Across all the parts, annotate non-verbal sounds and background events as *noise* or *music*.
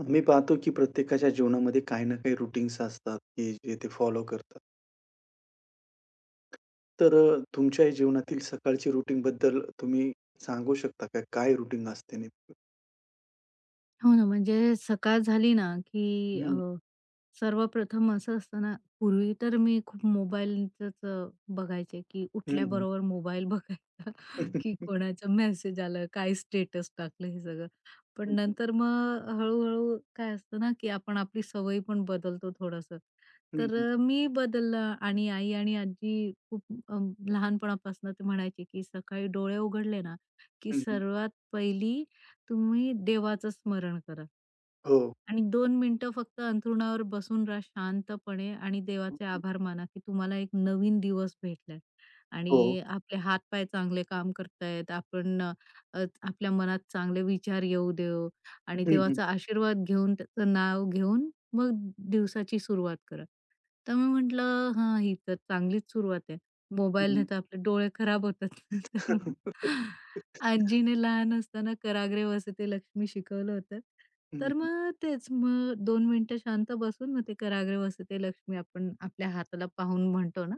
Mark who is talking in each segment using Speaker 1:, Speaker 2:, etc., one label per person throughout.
Speaker 1: आम्ही पाहतो की प्रत्येकाच्या जीवनामध्ये काही ना काही रुटीन्स असतात की जे ते फॉलो करतात. तर तुमच्याही जीवनातील सकाळची रुटीन बद्दल तुम्ही सांगू शकता का? काय रुटीन असते नेमकं?
Speaker 2: हो ना, म्हणजे सकाळ झाली ना, की
Speaker 1: हं,
Speaker 2: सर्वप्रथम असं असतं ना, पूर्वी तर मी खूप मोबाईलचंच बघायचे, की
Speaker 1: हं, हं.
Speaker 2: उठल्याबरोबर मोबाईल बघायचा,
Speaker 1: हं,
Speaker 2: *laughs* की
Speaker 1: हं.
Speaker 2: कोणाचा मेसेज आला, काय स्टेटस टाकलं हे सगळं. पण नंतर मग हळू-हळू काय असतं ना, की आपण आपली सवयी पण बदलतो थोडंसं. तर
Speaker 1: हं,
Speaker 2: मी बदललं आणि आई आणि आजी खूप अ, लहानपणापासून ते म्हणायचे, की सकाळी डोळे उघडले ना, की सर्वात पहिली तुम्ही देवाचं स्मरण करा
Speaker 1: हो.
Speaker 2: आणि दोन मिनिटं फक्त अंथरुणावर बसून राहा शांतपणे आणि देवाचे आभार माना, की तुम्हाला एक नवीन दिवस भेटलाय
Speaker 1: हो.
Speaker 2: आणि आपले हात-पाय चांगले काम करतायत. आपल्या मनात चांगले विचार येऊ देऊ आणि
Speaker 1: हं, हं.
Speaker 2: देवाचा आशीर्वाद घेऊन त्याचं नाव घेऊन मग दिवसाची सुरुवात करा. तर मी म्हटलं, "हां, ही तर चांगलीच सुरुवात आहे.
Speaker 1: हं,
Speaker 2: मोबाईलने
Speaker 1: हं.
Speaker 2: तर आपले डोळे खराब होतात." *laughs* तर मग आजीने लहान असताना "कराग्रे वसते लक्ष्मी" शिकवलं होतं. तर मग तेच, मग 2 मिनिटं शांत बसून मग ते "कराग्रे वसते लक्ष्मी" आपण आपल्या हाताला पाहून म्हणतो ना,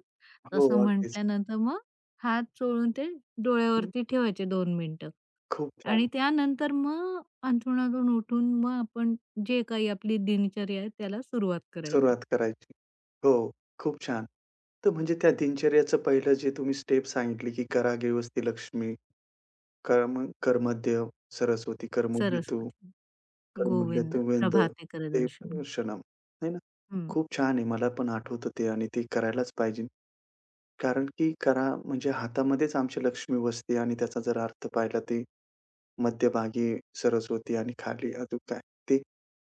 Speaker 1: हो,
Speaker 2: तसं
Speaker 1: अगदीच.
Speaker 2: म्हटल्यानंतर मग हात चोळून ते डोळ्यावरती ठेवायचे 2 मिनिटं
Speaker 1: खूप
Speaker 2: आणि
Speaker 1: छान.
Speaker 2: त्यानंतर मग अंथरुणातून उठून मग आपण जे काही आपली दिनचर्या आहे त्याला सुरुवात करायची.
Speaker 1: सुरुवात करायची. हो, खूप छान. तर म्हणजे त्या दिनचर्याचं पहिलं जे तुम्ही स्टेप सांगितली की "करा गेवस्ती लक्ष्मी" कर्म कर्मद्य सरस्वती कर्मुल्य तू,
Speaker 2: सरस्वती.
Speaker 1: कर्मुल्य
Speaker 2: गोविंद
Speaker 1: तू वेद
Speaker 2: प्रभाते
Speaker 1: ते
Speaker 2: करदर्शन.
Speaker 1: क्षणम, है ना?
Speaker 2: हं.
Speaker 1: खूप छान आहे. मला पण आठवतं ते आणि ते करायलाच पाहिजे. कारण की करा म्हणजे हातामध्येच आमची लक्ष्मी बसते आणि त्याचा जर अर्थ पाहिला ते मध्यभागी सरस्वती आणि खाली अजून काय ते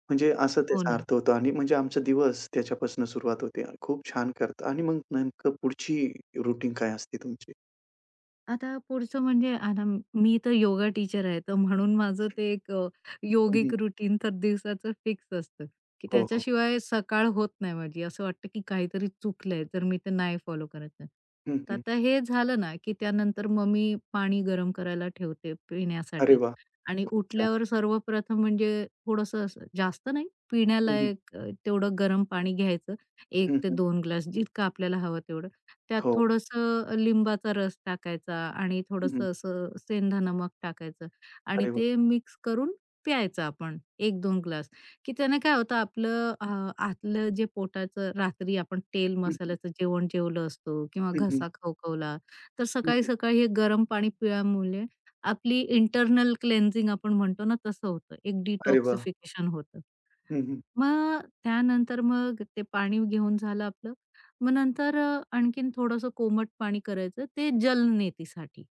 Speaker 1: म्हणजे असा
Speaker 2: हो
Speaker 1: त्याचा
Speaker 2: ना.
Speaker 1: अर्थ होतो आणि म्हणजे आमचा दिवस त्याच्यापासून सुरुवात होते. खूप छान करता आणि मग नेमकं पुढची रुटीन काय असते तुमची?
Speaker 2: आता पुढचं म्हणजे आता मी तर योगा टीचर आहे, तर म्हणून माझं ते एक
Speaker 1: हं, हं.
Speaker 2: योगिक रुटीन तर दिवसाचं फिक्स असतं, की
Speaker 1: हो, हो.
Speaker 2: त्याच्याशिवाय सकाळ होत नाही माझी. असं वाटतं की काहीतरी चुकलंय, तर मी ते नाही फॉलो करत आहे.
Speaker 1: हं,
Speaker 2: तर
Speaker 1: हं.
Speaker 2: आता हे झालं ना, की त्यानंतर मग मी पाणी गरम करायला ठेवते
Speaker 1: अरे
Speaker 2: पिण्यासाठी
Speaker 1: वाह!
Speaker 2: आणि
Speaker 1: खूप छान.
Speaker 2: उठल्यावर सर्वप्रथम म्हणजे थोडंसं असं जास्त नाही,
Speaker 1: हं, हं.
Speaker 2: पिण्यालायक तेवढं गरम पाणी घ्यायचं 1
Speaker 1: हं,
Speaker 2: ते
Speaker 1: हं.
Speaker 2: 2 ग्लास जितकं आपल्याला हवं तेवढं. त्यात
Speaker 1: हो.
Speaker 2: थोडंसं लिंबाचा रस टाकायचा आणि
Speaker 1: हं, हं.
Speaker 2: थोडंसं असं सेंधा नमक टाकायचं आणि
Speaker 1: अरे वाह!
Speaker 2: ते मिक्स करून प्यायचं आपण एक 2 ग्लास, की त्याने काय होतं आपलं आतलं जे पोटाचं रात्री आपण तेल
Speaker 1: हं, हं.
Speaker 2: मसाल्याचं जेवण जेवलं असतो किंवा
Speaker 1: हं, हं.
Speaker 2: घसा खवखवला, तर
Speaker 1: हं, हं.
Speaker 2: सकाळी-सकाळी हे गरम पाणी पिल्यामुळे आपली इंटरनल क्लेन्झिंग आपण म्हणतो ना, तसं होतं. एक
Speaker 1: अरे वाह!
Speaker 2: डिटॉक्सिफिकेशन होतं.
Speaker 1: हं, हं.
Speaker 2: मग त्यानंतर मग ते पाणी घेऊन झालं आपलं मग नंतर आणखीन थोडंसं कोमट पाणी करायचं ते जलनेतीसाठी.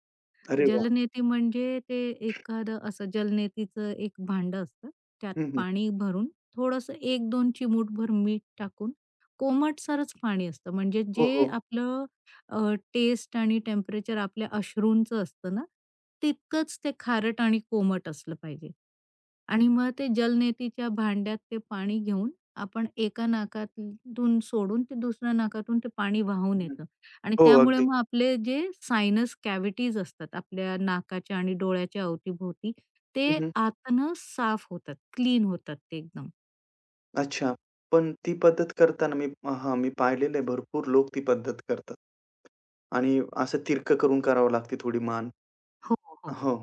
Speaker 1: अरे वाह!
Speaker 2: जलनेती म्हणजे ते एखादं असं जलनेतीचं एक भांडं असतं. त्यात
Speaker 1: हं, हं.
Speaker 2: पाणी भरून थोडंसं एक 2 चिमूटभर मीठ टाकून कोमटसरच पाणी असतं. म्हणजे
Speaker 1: हो,
Speaker 2: जे
Speaker 1: हो.
Speaker 2: आपलं टेस्ट आणि टेम्परेचर आपल्या अश्रूंचं असतं ना, तितकंच ते खारट आणि कोमट असलं पाहिजे. आणि मग ते जलनेतीच्या भांड्यात ते पाणी घेऊन आपण एका नाकातून सोडून ते दुसऱ्या नाकातून ते पाणी वाहून
Speaker 1: हं, हं.
Speaker 2: येतं आणि
Speaker 1: हो,
Speaker 2: त्यामुळे
Speaker 1: अगदी.
Speaker 2: मग आपले जे सायनस कॅव्हिटीज असतात आपल्या नाकाच्या आणि डोळ्याच्या अवतीभोवती
Speaker 1: हं,
Speaker 2: ते
Speaker 1: हं.
Speaker 2: आतनं साफ होतात, क्लीन होतात ते एकदम.
Speaker 1: अच्छा. पण ती पद्धत करताना मी हां, मी पाहिलेलं आहे भरपूर लोक ती पद्धत करतात. आणि असं तिरकं करून करावं लागते थोडी मान.
Speaker 2: हो, हो.
Speaker 1: हो.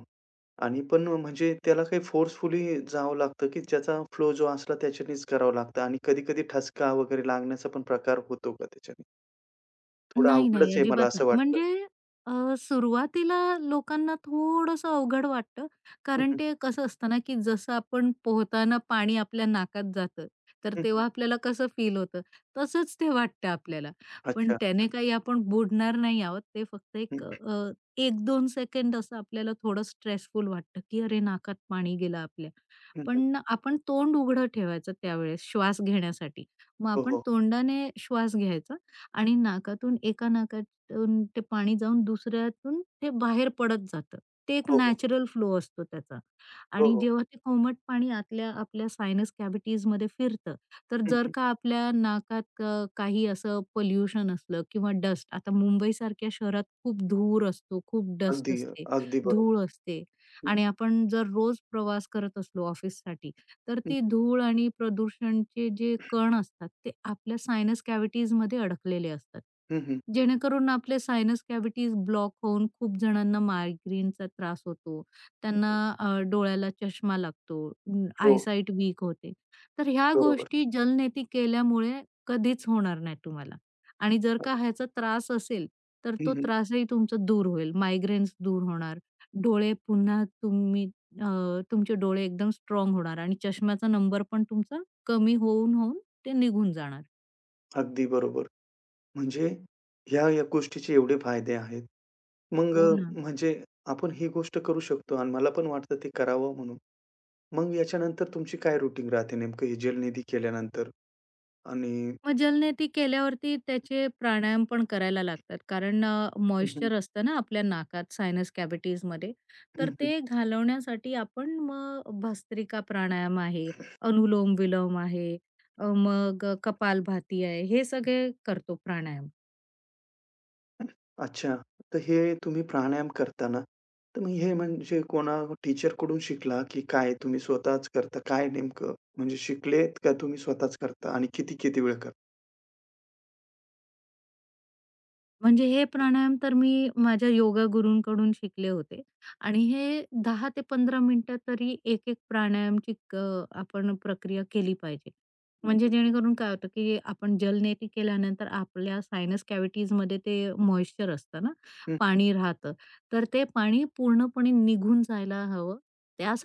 Speaker 1: आणि पण म्हणजे त्याला काही फोर्सफुली जावं लागतं, की ज्याचा फ्लो जो असला त्याच्यानेच करावं लागतं आणि कधी-कधी ठसका वगैरे लागण्याचा पण प्रकार होतो का त्याच्याने? थोडं
Speaker 2: नाही, नाही.
Speaker 1: अवघडच आहे मला
Speaker 2: अजिबात
Speaker 1: असं
Speaker 2: नाही.
Speaker 1: वाटतं.
Speaker 2: म्हणजे अ, सुरुवातीला लोकांना थोडंसं अवघड वाटतं,
Speaker 1: हं,
Speaker 2: कारण
Speaker 1: हं.
Speaker 2: ते कसं असतं ना, की जसं आपण पोहताना पाणी आपल्या नाकात जातं, तर
Speaker 1: हं, हं.
Speaker 2: तेव्हा आपल्याला कसं फील होतं, तसंच ते वाटतं आपल्याला. पण
Speaker 1: अच्छा, अच्छा.
Speaker 2: त्याने काही आपण बुडणार नाही आहोत. ते फक्त एक
Speaker 1: हं.
Speaker 2: 1-2 सेकंद असं आपल्याला थोडं स्ट्रेसफुल वाटतं, की "अरे, नाकात पाणी गेलं आपल्या."
Speaker 1: हं, हं.
Speaker 2: पण आपण तोंड उघडं ठेवायचं त्यावेळेस श्वास घेण्यासाठी. मग
Speaker 1: हो,
Speaker 2: आपण
Speaker 1: हो.
Speaker 2: तोंडाने श्वास घ्यायचा आणि नाकातून एका नाकातून ते पाणी जाऊन दुसऱ्यातून ते बाहेर पडत जातं. ते एक
Speaker 1: हो, हो.
Speaker 2: नॅचरल फ्लो असतो त्याचा.
Speaker 1: हो,
Speaker 2: आणि
Speaker 1: हो.
Speaker 2: जेव्हा ते कोमट पाणी आतल्या आपल्या सायनस कॅव्हिटीजमध्ये फिरतं, तर
Speaker 1: हं,
Speaker 2: जर
Speaker 1: हं.
Speaker 2: का आपल्या नाकात काही असं पोल्युशन असलं किंवा डस्ट आता मुंबईसारख्या शहरात खूप धूर असतो, खूप डस्ट
Speaker 1: अगदी,
Speaker 2: असते,
Speaker 1: अगदी
Speaker 2: धूळ
Speaker 1: बरोबर.
Speaker 2: असते
Speaker 1: हं,
Speaker 2: आणि
Speaker 1: हं.
Speaker 2: आपण जर रोज प्रवास करत असलो ऑफिससाठी, तर ती धूळ आणि प्रदूषणचे जे कण असतात, ते आपल्या सायनस कॅव्हिटीजमध्ये अडकलेले असतात.
Speaker 1: हं, हं.
Speaker 2: जेणेकरून आपले सायनस कॅव्हिटीज ब्लॉक होऊन खूप जणांना मायग्रेनचा त्रास होतो.
Speaker 1: हं,
Speaker 2: त्यांना
Speaker 1: हं.
Speaker 2: डोळ्याला चष्मा लागतो,
Speaker 1: हो,
Speaker 2: आयसाईट वीक होते. तर ह्या
Speaker 1: बरोबर.
Speaker 2: गोष्टी जलनेती केल्यामुळे कधीच होणार नाही तुम्हाला. आणि जर का ह्याचा त्रास असेल, तर
Speaker 1: हं,
Speaker 2: तो
Speaker 1: हं.
Speaker 2: त्रासही तुमचा दूर होईल. मायग्रेन्स दूर होणार. डोळे पुन्हा तुम्ही अ, तुमचे डोळे एकदम स्ट्राँग होणार आणि चष्म्याचा नंबर पण तुमचा कमी होऊन ते निघून जाणार.
Speaker 1: अगदी बरोबर. म्हणजे ह्या, या गोष्टीचे एवढे फायदे आहेत. मग
Speaker 2: हो ना.
Speaker 1: म्हणजे आपण ही गोष्ट करू शकतो आणि मला पण वाटतं ते करावं म्हणून. मग याच्यानंतर तुमची काय रूटीन राहते नेमकं हे जलनिधी केल्यानंतर? आणि
Speaker 2: मग जलनेती केल्यावरती त्याचे प्राणायाम पण करायला लागतात. कारण
Speaker 1: हं, हं.
Speaker 2: मॉइश्चर असतं ना आपल्या नाकात सायनस कॅव्हिटीजमध्ये. तर
Speaker 1: हं, हं.
Speaker 2: ते घालवण्यासाठी आपण मग भस्त्रिका प्राणायाम आहे, अनुलोम-विलोम आहे, मग कपालभाती आहे, हे सगळे करतो प्राणायाम.
Speaker 1: अच्छा. तर हे तुम्ही प्राणायाम करताना, तर मग हे म्हणजे कोणा टीचरकडून शिकला, की काय तुम्ही स्वतःच करता? काय नेमकं म्हणजे शिकलेत का तुम्ही स्वतःच करता आणि किती-किती वेळ करता?
Speaker 2: म्हणजे हे प्राणायाम तर मी माझ्या योगा गुरूंकडून शिकले होते आणि हे 10 ते 15 मिनिटं तरी एक-एक प्राणायामची आपण प्रक्रिया केली पाहिजे.
Speaker 1: हं,
Speaker 2: म्हणजे
Speaker 1: हं, हं.
Speaker 2: जेणेकरून काय होतं, की आपण जलनेती केल्यानंतर आपल्या सायनस कॅव्हिटीजमध्ये ते मॉइश्चर असतं ना, पाणी राहतं. तर ते पाणी पूर्णपणे निघून जायला हवं.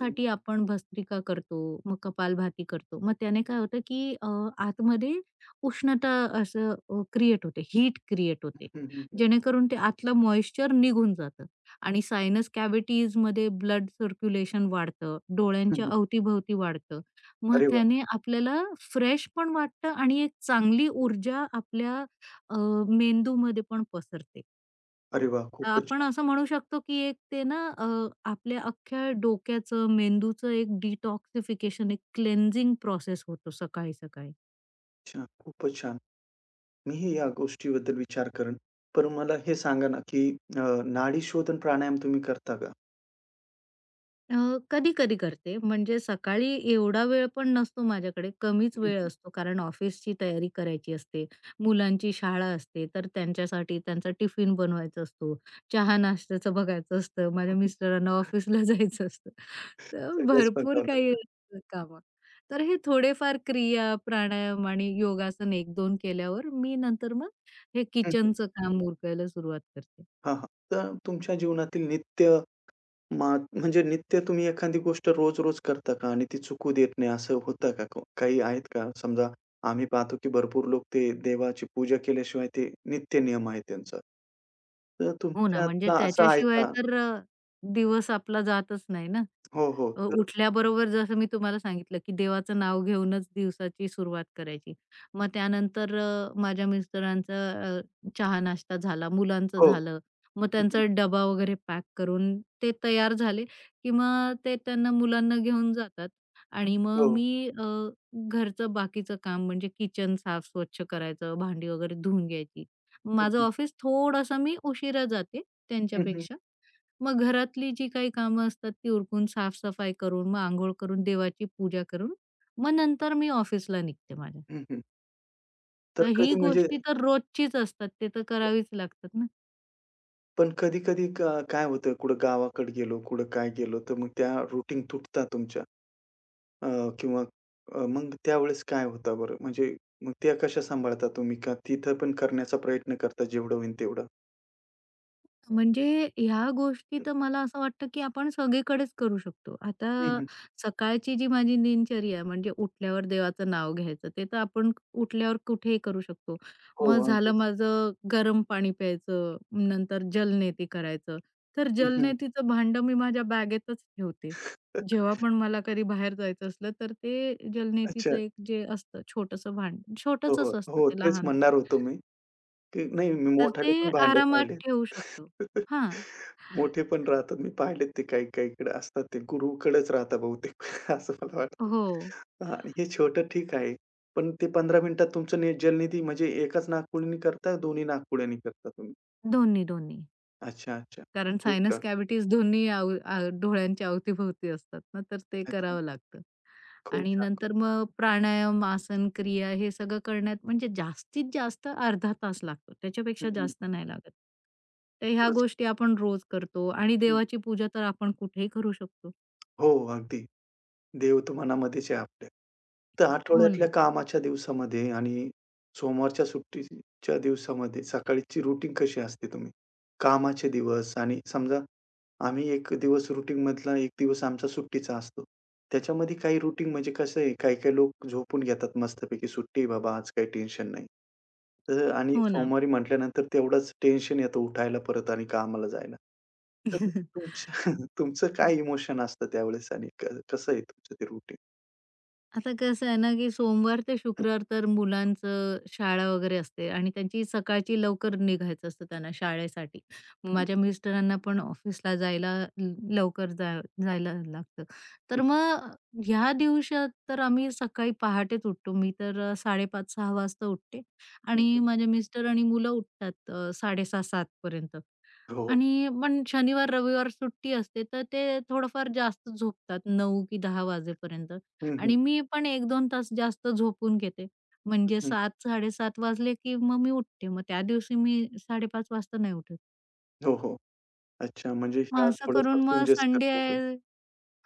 Speaker 1: हं,
Speaker 2: आपण भस्त्रिका करतो, मग कपालभाती करतो. मग त्याने काय होतं, की आतमध्ये उष्णता असं क्रिएट होते, हीट क्रिएट होते.
Speaker 1: हं, हं, हं,
Speaker 2: जेणेकरून ते आतलं मॉइश्चर निघून जातं आणि सायनस कॅव्हिटीजमध्ये ब्लड सर्क्युलेशन वाढतं, डोळ्यांच्या अवतीभवती वाढतं. मग
Speaker 1: अरे वाह!
Speaker 2: त्याने आपल्याला फ्रेश पण वाटतं आणि एक चांगली ऊर्जा आपल्या अ, मेंदूमध्ये पण पसरते.
Speaker 1: अरे वाह! खूपच
Speaker 2: आपण
Speaker 1: छान,
Speaker 2: असं म्हणू शकतो, की एक ते ना आपल्या अख्ख्या डोक्याचं, मेंदूचं एक डिटॉक्सिफिकेशन, एक क्लेन्झिंग प्रोसेस होतो सकाळी-सकाळी.
Speaker 1: छान, खूपच छान. मीही या गोष्टीबद्दल विचार करेन. पण मला हे सांगा ना, की नाडी शोधन प्राणायाम तुम्ही करता का?
Speaker 2: कधी-कधी करते. म्हणजे सकाळी एवढा वेळ पण नसतो माझ्याकडे, कमीच
Speaker 1: हं,
Speaker 2: वेळ
Speaker 1: हं.
Speaker 2: असतो कारण ऑफिसची तयारी करायची असते, मुलांची शाळा असते, तर त्यांच्यासाठी त्यांचा टिफिन बनवायचा असतो, चहा-नाश्त्याचं बघायचं असतं, माझ्या मिस्टरांना ऑफिसला *laughs* जायचं असतं. तर
Speaker 1: सगळंच
Speaker 2: भरपूर
Speaker 1: बघावं
Speaker 2: काही
Speaker 1: लागलं.
Speaker 2: असतं कामं. तर हे थोडेफार क्रिया, प्राणायाम आणि योगासन 1-2 केल्यावर मी नंतर मग हे
Speaker 1: हं, हं.
Speaker 2: किचनचं काम उरकायला सुरुवात करते.
Speaker 1: हां, हां. तर तुमच्या जीवनातील नित्य मग म्हणजे नित्य तुम्ही एखादी गोष्ट रोज-रोज करता का? आणि ती चुकू देत नाही असं होतं का? काही आहेत का? समजा आम्ही पाहतो की भरपूर लोक ते देवाची पूजा केल्याशिवाय ते नित्य नियम आहे त्यांचा. तर
Speaker 2: हो ना, म्हणजे
Speaker 1: तुमच्यातला असा आहे
Speaker 2: त्याच्याशिवाय
Speaker 1: का?
Speaker 2: तर दिवस आपला जातच नाही ना.
Speaker 1: हो, हो. तर
Speaker 2: उठल्याबरोबर जसं मी तुम्हाला सांगितलं, की देवाचं नाव घेऊनच दिवसाची सुरुवात करायची. मग त्यानंतर माझ्या मिस्टरांचा अ, चहा-नाश्ता झाला, मुलांचं
Speaker 1: हो.
Speaker 2: झालं. मग
Speaker 1: हं,
Speaker 2: त्यांचा डबा वगैरे पॅक करून ते तयार झाले, की मग ते त्यांना मुलांना घेऊन जातात आणि मग
Speaker 1: हो.
Speaker 2: मी घरचं बाकीचं काम म्हणजे किचन साफ स्वच्छ करायचं, भांडी वगैरे धुवून घ्यायची.
Speaker 1: हं,
Speaker 2: माझं
Speaker 1: हं.
Speaker 2: ऑफिस थोडंसं मी उशिरा जाते
Speaker 1: हं, हं.
Speaker 2: त्यांच्यापेक्षा. मग घरातली जी काही कामं असतात ती उरकून, साफ-सफाई करून, मग अंघोळ करून, देवाची पूजा करून, मग नंतर मी ऑफिसला निघते माझ्या.
Speaker 1: तर
Speaker 2: तर ही
Speaker 1: कधी म्हणजे
Speaker 2: गोष्टी तर रोजचीच असतात. ते तर करावीच लागतात ना.
Speaker 1: पण कधी-कधी का काय होतं कुठं गावाकडे गेलो, कुठं काय गेलो, तर मग त्या रूटीन तुटतात तुमच्या. अ, किंवा मग त्यावेळेस काय होतं बरं? म्हणजे मग त्या कशा सांभाळता तुम्ही? का तिथं पण करण्याचा प्रयत्न करता जेवढं होईल तेवढं?
Speaker 2: म्हणजे ह्या गोष्टी तर मला असं वाटतं, की आपण सगळीकडेच करू शकतो.
Speaker 1: हं,
Speaker 2: आता
Speaker 1: हं.
Speaker 2: सकाळची जी माझी दिनचर्या आहे, म्हणजे उठल्यावर देवाचं नाव घ्यायचं, ते तर आपण उठल्यावर कुठेही करू शकतो.
Speaker 1: हो,
Speaker 2: मग झालं
Speaker 1: अगदीच.
Speaker 2: माझं गरम पाणी प्यायचं, नंतर जलनेती करायचं. तर
Speaker 1: हं, हं.
Speaker 2: जलनेतीचं भांडं मी माझ्या बॅगेतच ठेवते. जेव्हा पण मला कधी बाहेर जायचं असलं, तर ते जलनेतीचं
Speaker 1: अच्छा.
Speaker 2: एक जे असतं छोटंसं भांडं
Speaker 1: हो, हो.
Speaker 2: छोटंसंच असतं
Speaker 1: हो,
Speaker 2: ते
Speaker 1: तेच
Speaker 2: लहान,
Speaker 1: म्हणणार होतो मी, की नाही मी
Speaker 2: तर ते
Speaker 1: मोठाले पण भांडं
Speaker 2: आरामात
Speaker 1: पाहिलेत.
Speaker 2: ठेवू शकतो.
Speaker 1: *laughs*
Speaker 2: हां.
Speaker 1: मोठे पण राहतात. मी पाहिलेत ते काही काहीकडे असतात ते गुरूकडेच राहतात बहुतेक *laughs* असं मला वाटतं.
Speaker 2: हो.
Speaker 1: आणि हे छोटं ठीक आहे. पण ते 15 मिनिटात तुमचं जलनिधी म्हणजे एकाच नाकपुडीने करता, दोन्ही नाकपुड्यांनी करता तुम्ही?
Speaker 2: दोन्ही, दोन्ही.
Speaker 1: अच्छा, अच्छा.
Speaker 2: कारण
Speaker 1: खूप
Speaker 2: सायनस
Speaker 1: छान.
Speaker 2: कॅव्हिटीज दोन्ही आव आ डोळ्यांच्या अवतीभोवती असतात ना, तर ते
Speaker 1: अच्छा.
Speaker 2: करावं लागतं.
Speaker 1: खूप
Speaker 2: आणि
Speaker 1: छान, खूप
Speaker 2: नंतर मग प्राणायाम, आसन, क्रिया हे सगळं करण्यात म्हणजे जास्तीत जास्त अर्धा तास लागतो.
Speaker 1: हं,
Speaker 2: त्याच्यापेक्षा
Speaker 1: हं.
Speaker 2: जास्त नाही लागत. तर ह्या
Speaker 1: खरंच.
Speaker 2: गोष्टी आपण रोज करतो आणि
Speaker 1: हं.
Speaker 2: देवाची पूजा तर आपण कुठेही करू शकतो.
Speaker 1: हो, अगदी. देव तर मनामध्येच आहे आपल्या. तर
Speaker 2: हो
Speaker 1: आठवड्यातल्या
Speaker 2: ना,
Speaker 1: कामाच्या दिवसामध्ये आणि सोमवारच्या सुट्टीच्या दिवसामध्ये सकाळची रुटीन कशी असते तुम्ही? कामाचे दिवस आणि समजा आम्ही एक दिवस रुटीनमधला एक दिवस आमचा सुट्टीचा असतो. त्याच्यामध्ये काही रुटीन म्हणजे कसं आहे, काही-काही लोक झोपून घेतात मस्तपैकी, "सुट्टी आहे बाबा, आज काही टेन्शन नाही." तर आणि
Speaker 2: हो ना.
Speaker 1: सोमवारी म्हटल्यानंतर तेवढंच टेन्शन येतं उठायला परत आणि कामाला जायला. तर
Speaker 2: *laughs*
Speaker 1: तुमच्या *laughs* तुमचं काय इमोशन असतं त्यावेळेस आणि कसं आहे तुमचं ते रुटीन?
Speaker 2: आता कसं आहे ना, की सोमवार ते शुक्रवार तर मुलांचं शाळा वगैरे असते आणि त्यांची सकाळची लवकर निघायचं असतं त्यांना शाळेसाठी. मग माझ्या मिस्टरांना पण ऑफिसला जायला ल लवकर जा जायला लागतं. तर मग ह्या दिवसात तर आम्ही सकाळी पहाटेच उठतो. मी तर 5:30-6 वाजता उठते आणि माझे मिस्टर आणि मुलं उठतात 7:30-7 पर्यंत.
Speaker 1: *laughs* हो.
Speaker 2: आणि पण शनिवार, रविवार सुट्टी असते, तर ते थोडंफार जास्त झोपतात 9 की 10 वाजेपर्यंत.
Speaker 1: हं, हं,
Speaker 2: आणि मी पण 1-2 तास जास्त झोपून घेते. म्हणजे
Speaker 1: हं.
Speaker 2: 7-7:30 वाजले की मग मी उठते. मग त्या दिवशी मी 5:30 वाजता नाही उठत.
Speaker 1: हो, हो. अच्छा म्हणजे
Speaker 2: मग
Speaker 1: ह्या
Speaker 2: असं करून
Speaker 1: थोड्याफार
Speaker 2: मग
Speaker 1: चेंजेस
Speaker 2: संडे
Speaker 1: करतो. हं,
Speaker 2: आहे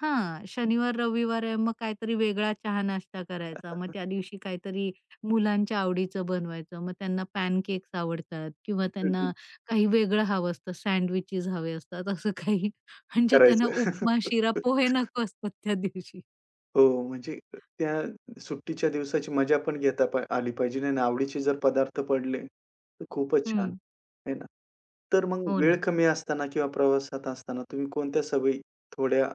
Speaker 2: हां, शनिवार, रविवार आहे मग काहीतरी वेगळा चहा-नाश्ता करायचा. मग त्या
Speaker 1: *laughs*
Speaker 2: दिवशी काहीतरी मुलांच्या आवडीचं बनवायचं. मग त्यांना पॅनकेक्स आवडतात किंवा त्यांना काही वेगळं हवं असतं, सँडविचेस हवे असतात असं काही. म्हणजे त्यांना
Speaker 1: करायचं.
Speaker 2: उपमा, शिरा,
Speaker 1: *laughs*
Speaker 2: पोहे नको असतात त्या दिवशी.
Speaker 1: हो, म्हणजे त्या सुट्टीच्या दिवसाची मजा पण घेता आली पाहिजे आणि आवडीचे जर पदार्थ पडले, तर खूपच छान,
Speaker 2: हं.
Speaker 1: आहे ना? तर मग
Speaker 2: हो
Speaker 1: वेळ
Speaker 2: ना.
Speaker 1: कमी असताना किंवा प्रवासात असताना तुम्ही कोणत्या सवयी थोड्या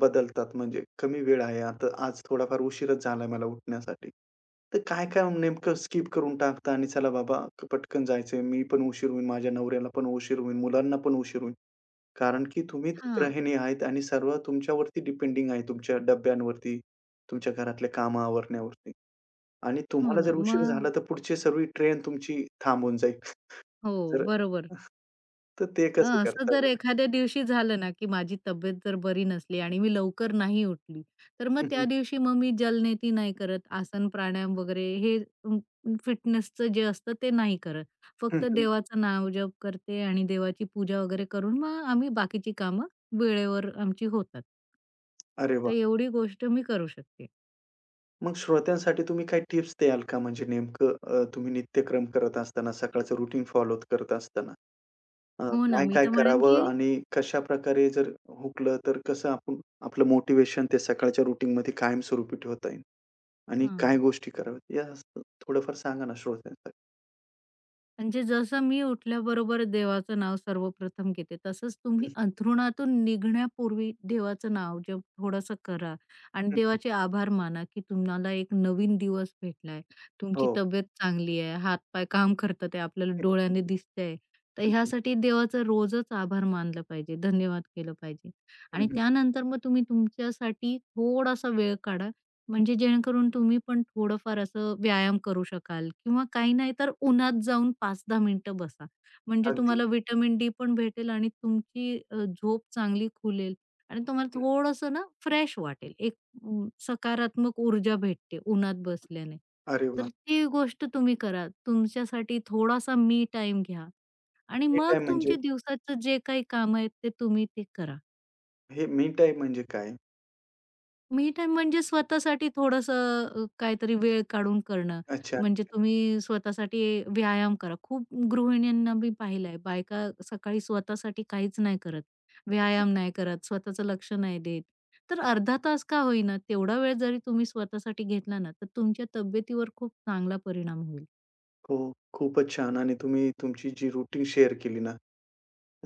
Speaker 1: बदलतात? म्हणजे कमी वेळ आहे आता, आज थोडाफार उशीरच झालाय मला उठण्यासाठी. तर काय-काय नेमकं स्किप करून टाकता आणि चला बाबा, पटकन जायचंय, मी पण उशीर होईल, माझ्या नवऱ्याला पण उशीर होईल, मुलांना पण उशीर होईल. कारण की तुम्हीच
Speaker 2: हां.
Speaker 1: गृहिणी आहेत आणि सर्व तुमच्यावरती डिपेंडिंग आहे. तुमच्या डब्यांवरती, तुमच्या घरातल्या कामं आवरण्यावरती आणि
Speaker 2: हो
Speaker 1: तुम्हाला
Speaker 2: ना.
Speaker 1: जर उशीर झाला,
Speaker 2: मग
Speaker 1: तर पुढची सर्व ट्रेन तुमची थांबून जाईल.
Speaker 2: हो,
Speaker 1: जर
Speaker 2: बरोबर.
Speaker 1: तर ते कसं
Speaker 2: असं
Speaker 1: करता
Speaker 2: जर
Speaker 1: बरं?
Speaker 2: एखाद्या दिवशी झालं ना, की माझी तब्येत जर बरी नसली आणि मी लवकर नाही उठली, तर
Speaker 1: *laughs*
Speaker 2: मग
Speaker 1: हं, हं.
Speaker 2: त्या दिवशी मग मी जलनेती नाही करत, आसन, प्राणायाम वगैरे हे फिटनेसचं जे असतं ते नाही करत.
Speaker 1: हं,
Speaker 2: फक्त
Speaker 1: हं.
Speaker 2: देवाचं नामजप करते आणि देवाची पूजा वगैरे करून मग आम्ही बाकीची कामं वेळेवर आमची होतात.
Speaker 1: अरे वाह!
Speaker 2: तर एवढी गोष्ट मी करू शकते.
Speaker 1: मग श्रोत्यांसाठी तुम्ही काही टिप्स द्याल का? म्हणजे नेमकं तुम्ही नित्यक्रम करत असताना, सकाळचं रुटीन फॉलो करत असताना
Speaker 2: हो ना, मी
Speaker 1: काय-काय
Speaker 2: तर म्हणेन, की
Speaker 1: करावं आणि कशाप्रकारे जर हुकलं, तर कसं आपण आपलं मोटिव्हेशन ते सकाळच्या रुटीनमध्ये कायमस्वरूपी ठेवता येईल? आणि काय
Speaker 2: हां.
Speaker 1: गोष्टी कराव्यात या थोडंफार सांगा ना श्रोत्यांसाठी?
Speaker 2: म्हणजे जसं मी उठल्याबरोबर देवाचं नाव सर्वप्रथम घेते, तसंच
Speaker 1: हं,
Speaker 2: तुम्ही अंथरुणातून निघण्यापूर्वी देवाचं नाव जे थोडंसं करा आणि
Speaker 1: हं,
Speaker 2: देवाचे आभार माना, की तुम्हाला एक नवीन दिवस भेटलाय. तुमची
Speaker 1: हो.
Speaker 2: तब्येत चांगली आहे, हात-पाय काम करतात आहे, आपल्याला
Speaker 1: हं,
Speaker 2: डोळ्याने दिसतंय. तर
Speaker 1: हं,
Speaker 2: ह्यासाठी देवाचं रोजच आभार मानलं पाहिजे, धन्यवाद केलं पाहिजे. आणि
Speaker 1: हं,
Speaker 2: त्यानंतर मग तुम्ही तुमच्यासाठी थोडासा वेळ काढा म्हणजे जेणेकरून तुम्ही पण थोडंफार असं व्यायाम करू शकाल किंवा काही नाही तर उन्हात जाऊन 5-10 मिनिटं बसा. म्हणजे
Speaker 1: अगदी.
Speaker 2: तुम्हाला व्हिटॅमिन डी पण भेटेल आणि तुमची झोप चांगली खुलेल आणि तुम्हाला थोडंसं ना फ्रेश वाटेल. एक सकारात्मक ऊर्जा भेटते उन्हात बसल्याने.
Speaker 1: अरे
Speaker 2: तर
Speaker 1: वा,
Speaker 2: ती गोष्ट तुम्ही करा. तुमच्यासाठी थोडासा मी टाईम घ्या आणि
Speaker 1: मी
Speaker 2: मग
Speaker 1: टाइम म्हणजे
Speaker 2: तुमच्या दिवसाचं जे काही काम आहेत ते तुम्ही ते करा.
Speaker 1: हे मी टाईम म्हणजे काय?
Speaker 2: मी टाईम म्हणजे स्वतःसाठी थोडंसं काहीतरी वेळ काढून करणं.
Speaker 1: अच्छा.
Speaker 2: म्हणजे
Speaker 1: हं,
Speaker 2: तुम्ही स्वतःसाठी व्यायाम करा. खूप गृहिणींना मी पाहिलंय, बायका सकाळी स्वतःसाठी काहीच नाही करत. व्यायाम नाही करत, स्वतःचं लक्ष नाही देत. तर अर्धा तास का होईना, तेवढा वेळ जरी तुम्ही स्वतःसाठी घेतला ना, तर तुमच्या तब्येतीवर खूप चांगला परिणाम होईल.
Speaker 1: हो, खूपच छान आणि तुम्ही तुमची जी रूटीन शेअर केली ना,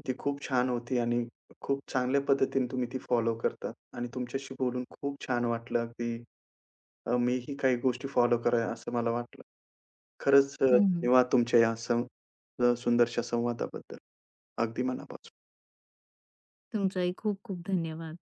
Speaker 1: ती खूप छान होती आणि खूप चांगल्या पद्धतीने तुम्ही ती फॉलो करता आणि तुमच्याशी बोलून खूप छान वाटलं अगदी मीही काही गोष्टी फॉलो कराव्या असं मला वाटलं. खरंच
Speaker 2: हं,
Speaker 1: धन्यवाद तुमच्या या सुंदरशा संवादाबद्दल. अगदी मनापासून.
Speaker 2: तुमचाही खूप खूप धन्यवाद.